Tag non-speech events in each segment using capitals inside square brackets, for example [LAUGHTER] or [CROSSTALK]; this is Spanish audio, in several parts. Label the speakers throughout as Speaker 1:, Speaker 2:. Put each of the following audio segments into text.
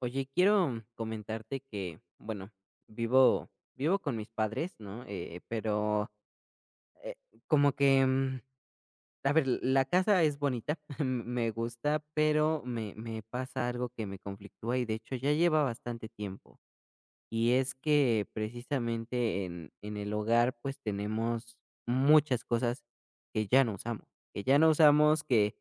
Speaker 1: Oye, quiero comentarte que, bueno, vivo con mis padres, ¿no? Pero eh, como que, mm, a ver, la casa es bonita, [LAUGHS] me gusta, pero me pasa algo que me conflictúa y de hecho ya lleva bastante tiempo. Y es que precisamente en el hogar pues tenemos muchas cosas que ya no usamos, que ya no usamos, que,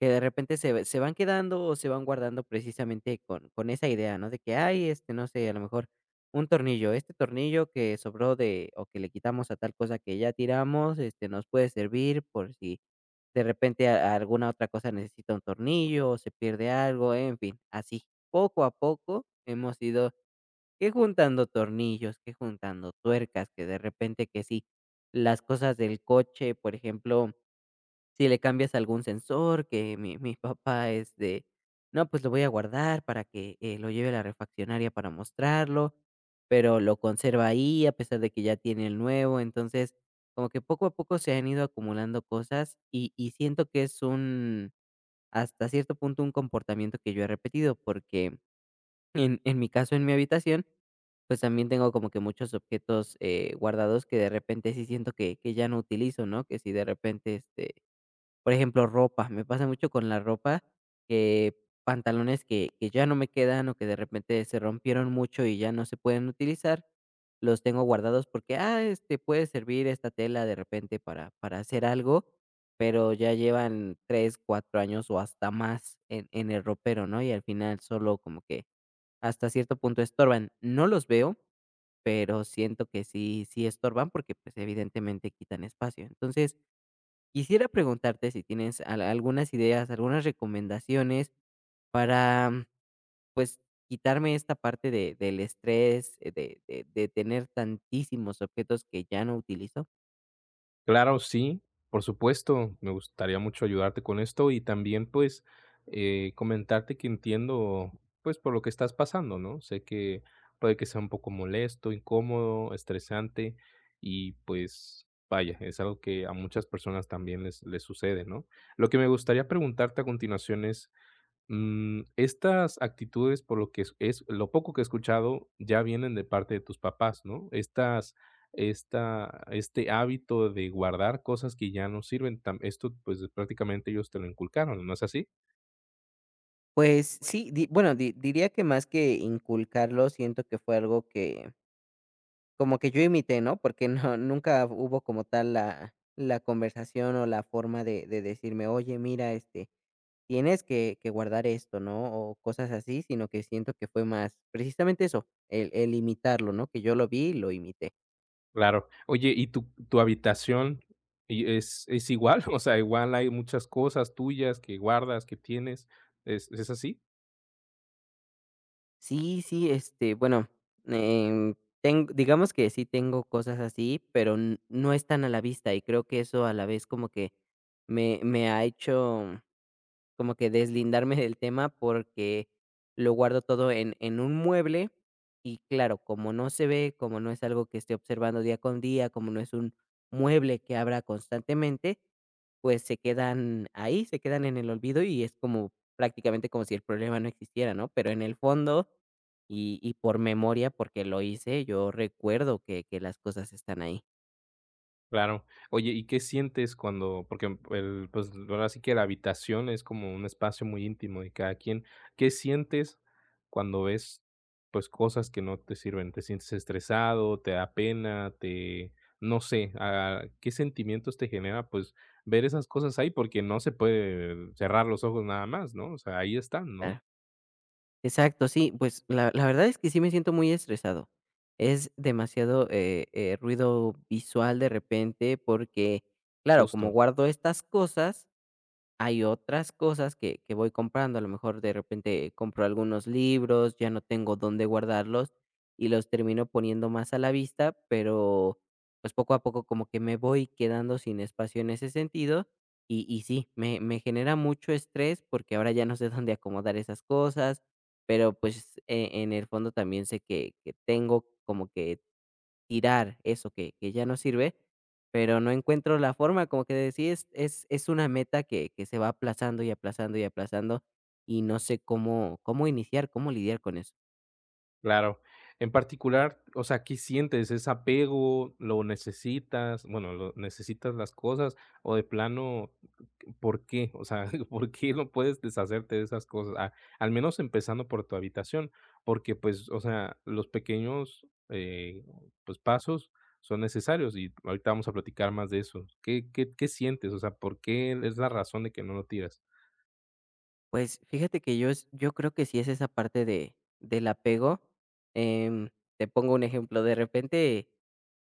Speaker 1: que de repente se van quedando o se van guardando precisamente con esa idea, ¿no? De que hay, este, no sé, a lo mejor un tornillo, este tornillo que sobró de o que le quitamos a tal cosa que ya tiramos, este, nos puede servir por si de repente a alguna otra cosa necesita un tornillo o se pierde algo, en fin, así. Poco a poco hemos ido que juntando tornillos, que juntando tuercas, que de repente que sí, las cosas del coche, por ejemplo, si le cambias algún sensor, que mi papá es de: "No, pues lo voy a guardar para que, lo lleve a la refaccionaria para mostrarlo", pero lo conserva ahí a pesar de que ya tiene el nuevo. Entonces, como que poco a poco se han ido acumulando cosas y siento que es un hasta cierto punto, un comportamiento que yo he repetido, porque en mi caso, en mi habitación, pues, también tengo como que muchos objetos, guardados que de repente sí siento que ya no utilizo, ¿no? Que si de repente, este, por ejemplo, ropa, me pasa mucho con la ropa, que pantalones que ya no me quedan o que de repente se rompieron mucho y ya no se pueden utilizar, los tengo guardados porque, este, puede servir esta tela de repente para hacer algo, pero ya llevan 3 4 años o hasta más en el ropero, ¿no? Y al final solo como que hasta cierto punto estorban. No los veo, pero siento que sí estorban porque, pues, evidentemente quitan espacio. Entonces, quisiera preguntarte si tienes al algunas ideas, algunas recomendaciones para, pues, quitarme esta parte de del estrés, de tener tantísimos objetos que ya no utilizo.
Speaker 2: Claro, sí, por supuesto, me gustaría mucho ayudarte con esto y también pues comentarte que entiendo pues por lo que estás pasando, ¿no? Sé que puede que sea un poco molesto, incómodo, estresante y pues vaya, es algo que a muchas personas también les sucede, ¿no? Lo que me gustaría preguntarte a continuación es, estas actitudes, por lo que es lo poco que he escuchado, ya vienen de parte de tus papás, ¿no? Esta este hábito de guardar cosas que ya no sirven, tam esto, pues, prácticamente ellos te lo inculcaron, ¿no es así?
Speaker 1: Pues sí, di bueno, di diría que más que inculcarlo, siento que fue algo que como que yo imité, ¿no? Porque no [LAUGHS] nunca hubo como tal la conversación o la forma de decirme: "Oye, mira, este, tienes que guardar esto, ¿no? O cosas así", sino que siento que fue más precisamente eso, el imitarlo, ¿no? Que yo lo vi y lo imité.
Speaker 2: Claro. Oye, ¿y tu habitación y es igual? [LAUGHS] O sea, igual hay muchas cosas tuyas que guardas, que tienes, ¿es así?
Speaker 1: Sí, sí, este, bueno, em, ten digamos que sí tengo cosas así, pero n no están a la vista, y creo que eso a la vez como que me ha hecho como que deslindarme del tema porque lo guardo todo en un mueble y claro, como no se ve, como no es algo que esté observando día con día, como no es un mueble que abra constantemente, pues se quedan ahí, se quedan en el olvido y es como prácticamente como si el problema no existiera, ¿no? Pero en el fondo y por memoria, porque lo hice, yo recuerdo que las cosas están ahí.
Speaker 2: Claro. Oye, ¿y qué sientes cuando? Porque el, pues ahora sí que la habitación es como un espacio muy íntimo de cada quien. ¿Qué sientes cuando ves pues cosas que no te sirven? ¿Te sientes estresado? ¿Te da pena? ¿Te, no sé, qué sentimientos te genera pues ver esas cosas ahí? Porque no se puede cerrar los ojos nada más, ¿no? O sea, ahí están, ¿no?
Speaker 1: Exacto, sí, pues la verdad es que sí me siento muy estresado. Es demasiado, ruido visual de repente porque, claro, como
Speaker 2: Justo.
Speaker 1: guardo estas cosas, hay otras cosas que voy comprando, a lo mejor de repente compro algunos libros, ya no tengo dónde guardarlos y los termino poniendo más a la vista, pero, pues, poco a poco como que me voy quedando sin espacio en ese sentido y sí, me genera mucho estrés porque ahora ya no sé dónde acomodar esas cosas, pero, pues, en el fondo también sé que tengo como que tirar eso que ya no sirve, pero no encuentro la forma, como que sí es una meta que se va aplazando y aplazando y aplazando, y no sé cómo iniciar, cómo lidiar con eso.
Speaker 2: Claro. En particular, o sea, ¿qué sientes? ¿Es apego? ¿Lo necesitas? Bueno, ¿lo necesitas las cosas? O de plano, ¿por qué? O sea, [LAUGHS] ¿por qué no puedes deshacerte de esas cosas? Al menos empezando por tu habitación, porque pues, o sea, los pequeños pues, pasos son necesarios y ahorita vamos a platicar más de eso. Qué sientes? O sea, ¿por qué es la razón de que no lo tiras?
Speaker 1: Pues, fíjate que yo creo que sí es esa parte de del apego, em, te pongo un ejemplo, de repente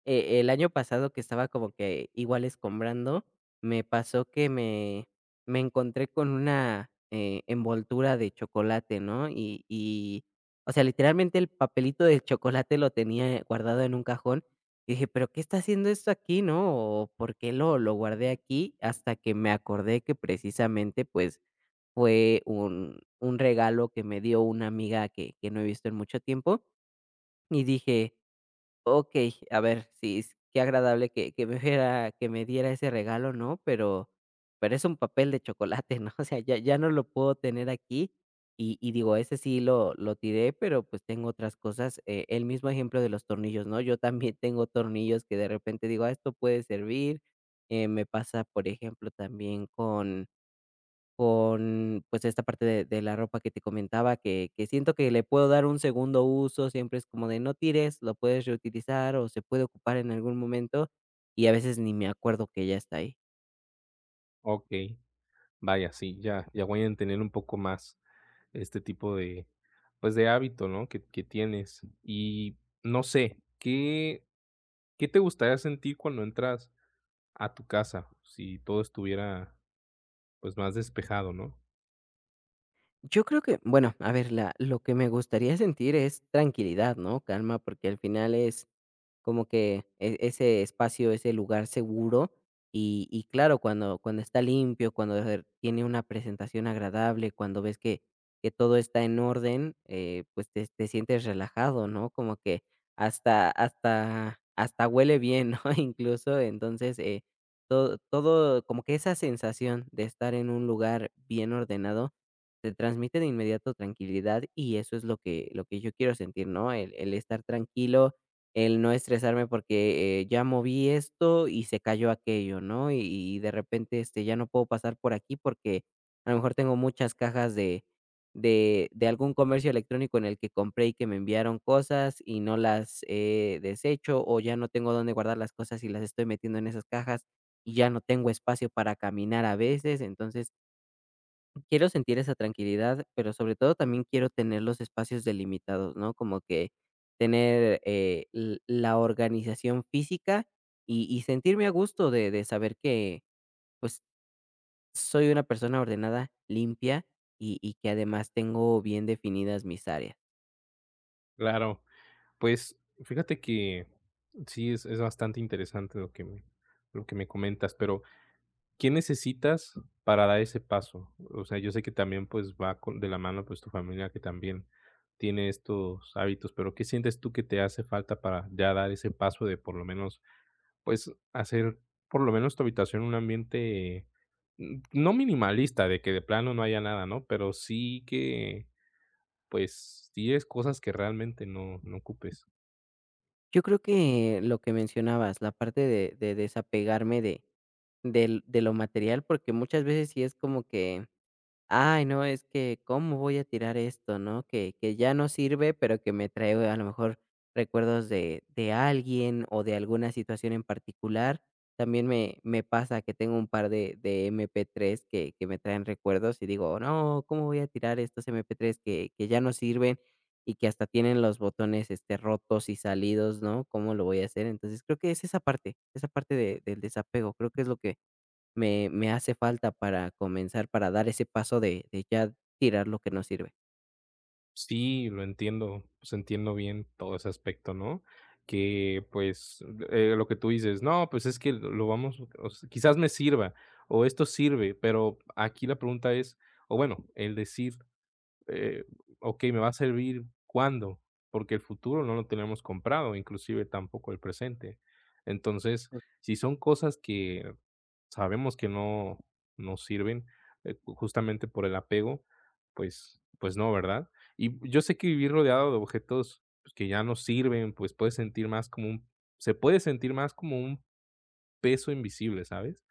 Speaker 1: El año pasado que estaba como que igual escombrando, me pasó que me encontré con una, envoltura de chocolate, ¿no? O sea, literalmente el papelito del chocolate lo tenía guardado en un cajón, y dije: "¿Pero qué está haciendo esto aquí, no? O, ¿por qué lo guardé aquí?". Hasta que me acordé que precisamente, pues, fue un regalo que me dio una amiga que no he visto en mucho tiempo, y dije: "Okey, a ver, sí, s qué agradable que me hubiera que me diera ese regalo, ¿no? Pero es un papel de chocolate", ¿no? [LAUGHS] O sea, ya no lo puedo tener aquí, y digo, ese sí lo tiré, pero, pues, tengo otras cosas, el mismo ejemplo de los tornillos, ¿no? Yo también [LAUGHS] tengo tornillos que de repente digo: "Ah, esto puede servir". Me pasa, por ejemplo, también con, pues, esta parte de la ropa que te comentaba que siento que le puedo dar un segundo uso, siempre es como de: "No tires, lo puedes reutilizar o se puede ocupar en algún momento", y a veces ni me acuerdo que ya está ahí.
Speaker 2: Ok, vaya, sí, ya, ya voy a entender un poco más. Este tipo de, pues, de hábito, ¿no? Que tienes. Y no sé, ¿qué, ¿qué te gustaría sentir cuando entras a tu casa? Si todo estuviera, pues, más despejado, ¿no?
Speaker 1: Yo creo que, bueno, a ver, la lo que me gustaría sentir es tranquilidad, ¿no? Calma, porque al final es como que ese espacio, ese lugar seguro. Y claro, cuando está limpio, tiene una presentación agradable, cuando ves que todo está en orden, pues te sientes relajado, ¿no? Como que hasta huele bien, ¿no? [LAUGHS] Incluso, entonces, como que esa sensación de estar en un lugar bien ordenado, te transmite de inmediato tranquilidad y eso es lo lo que yo quiero sentir, ¿no? El estar tranquilo, el no estresarme porque, ya moví esto y se cayó aquello, ¿no? Y de repente, este, ya no puedo pasar por aquí porque a lo mejor tengo muchas cajas de algún comercio electrónico en el que compré y que me enviaron cosas y no las he deshecho, o ya no tengo dónde guardar las cosas y las estoy metiendo en esas cajas y ya no tengo espacio para caminar a veces. Entonces, quiero sentir esa tranquilidad, pero sobre todo también quiero tener los espacios delimitados, ¿no? Como que tener la organización física y sentirme a gusto de saber que pues soy una persona ordenada, limpia y que además tengo bien definidas mis áreas.
Speaker 2: Claro, pues, fíjate que sí, es bastante interesante lo que me comentas, pero ¿qué necesitas para dar ese paso? O sea, yo sé que también, pues, va con de la mano, pues, tu familia que también tiene estos hábitos, pero, ¿qué sientes tú que te hace falta para ya dar ese paso de por lo menos, pues, hacer por lo menos tu habitación un ambiente, no minimalista, de que de plano no haya nada, ¿no? Pero sí que, pues, tienes cosas que realmente no ocupes.
Speaker 1: Yo creo que lo que mencionabas, la parte de desapegarme de lo material, porque muchas veces sí es como que "Ay, no, es que, ¿cómo voy a tirar esto?", ¿no? Que ya no sirve, pero que me trae, a lo mejor, recuerdos de alguien o de alguna situación en particular. También me pasa que tengo un par de MP3 que me traen recuerdos y digo: "No, ¿cómo voy a tirar estos MP3 que ya no sirven y que hasta tienen los botones, este, rotos y salidos, no? ¿Cómo lo voy a hacer?". Entonces, creo que es esa parte de del desapego, creo que es lo que me hace falta para comenzar, para dar ese paso de ya tirar lo que no sirve.
Speaker 2: Sí, lo entiendo, pues entiendo bien todo ese aspecto, ¿no? Que pues, lo que tú dices, no, pues es que lo vamos, o s quizás me sirva o esto sirve, pero aquí la pregunta es, o bueno, el decir, eh, okey, ¿me va a servir cuándo? Porque el futuro no lo tenemos comprado, inclusive tampoco el presente. Entonces, si son cosas que sabemos que no sirven, justamente por el apego, pues pues no, ¿verdad? Y yo sé que vivir rodeado de objetos, pues, que ya no sirven, pues, puede sentir más como un se puede sentir más como un peso invisible, ¿sabes?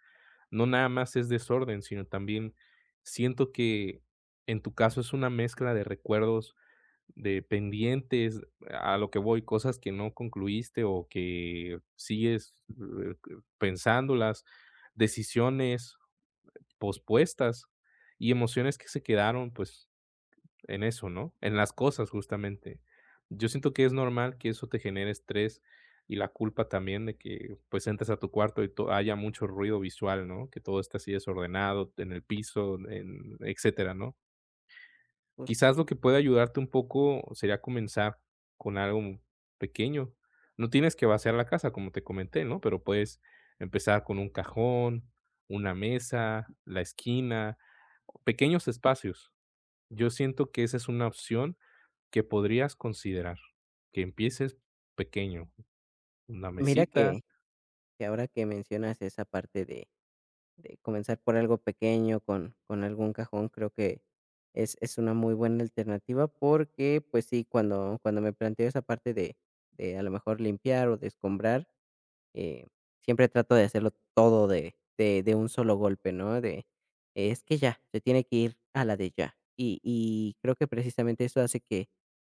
Speaker 2: No nada más es desorden, sino también siento que en tu caso es una mezcla de recuerdos, de pendientes, a lo que voy, cosas que no concluiste o que sigues, pensándolas, decisiones, pospuestas y emociones que se quedaron, pues, en eso, ¿no? En las cosas, justamente. Yo siento que es normal que eso te genere estrés y la culpa también de que, pues, entres a tu cuarto y to haya mucho ruido visual, ¿no? Que todo esté así desordenado en el piso, en etcétera, ¿no?
Speaker 1: Justo.
Speaker 2: Quizás lo que puede ayudarte un poco sería comenzar con algo pequeño. No tienes que vaciar la casa, como te comenté, ¿no? Pero puedes empezar con un cajón, una mesa, la esquina, pequeños espacios. Yo siento que esa es una opción que podrías considerar, que empieces pequeño, una
Speaker 1: Mira
Speaker 2: mesita.
Speaker 1: que ahora que mencionas esa parte de comenzar por algo pequeño, con algún cajón, creo que es una muy buena alternativa porque, pues sí, cuando me planteo esa parte de a lo mejor limpiar o de escombrar, Eh, siempre trato de hacerlo todo de un solo golpe, ¿no? De, es que ya, se tiene que ir a la de ya. Y creo que precisamente eso hace que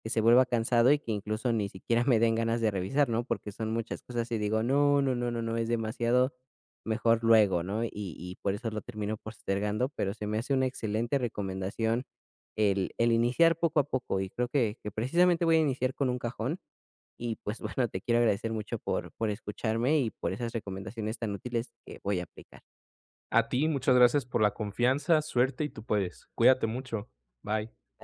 Speaker 1: se vuelva cansado y que incluso ni siquiera me den ganas de revisar, ¿no? Porque son muchas cosas y digo: "No, no, no, no, no, es demasiado, mejor luego", ¿no? Y por eso lo termino postergando, pero se me hace una excelente recomendación el iniciar poco a poco, y creo que precisamente voy a iniciar con un cajón y pues bueno, te quiero agradecer mucho por escucharme y por esas recomendaciones tan útiles que voy a aplicar.
Speaker 2: A ti, muchas gracias por la confianza, suerte y tú puedes. Cuídate mucho. Bye.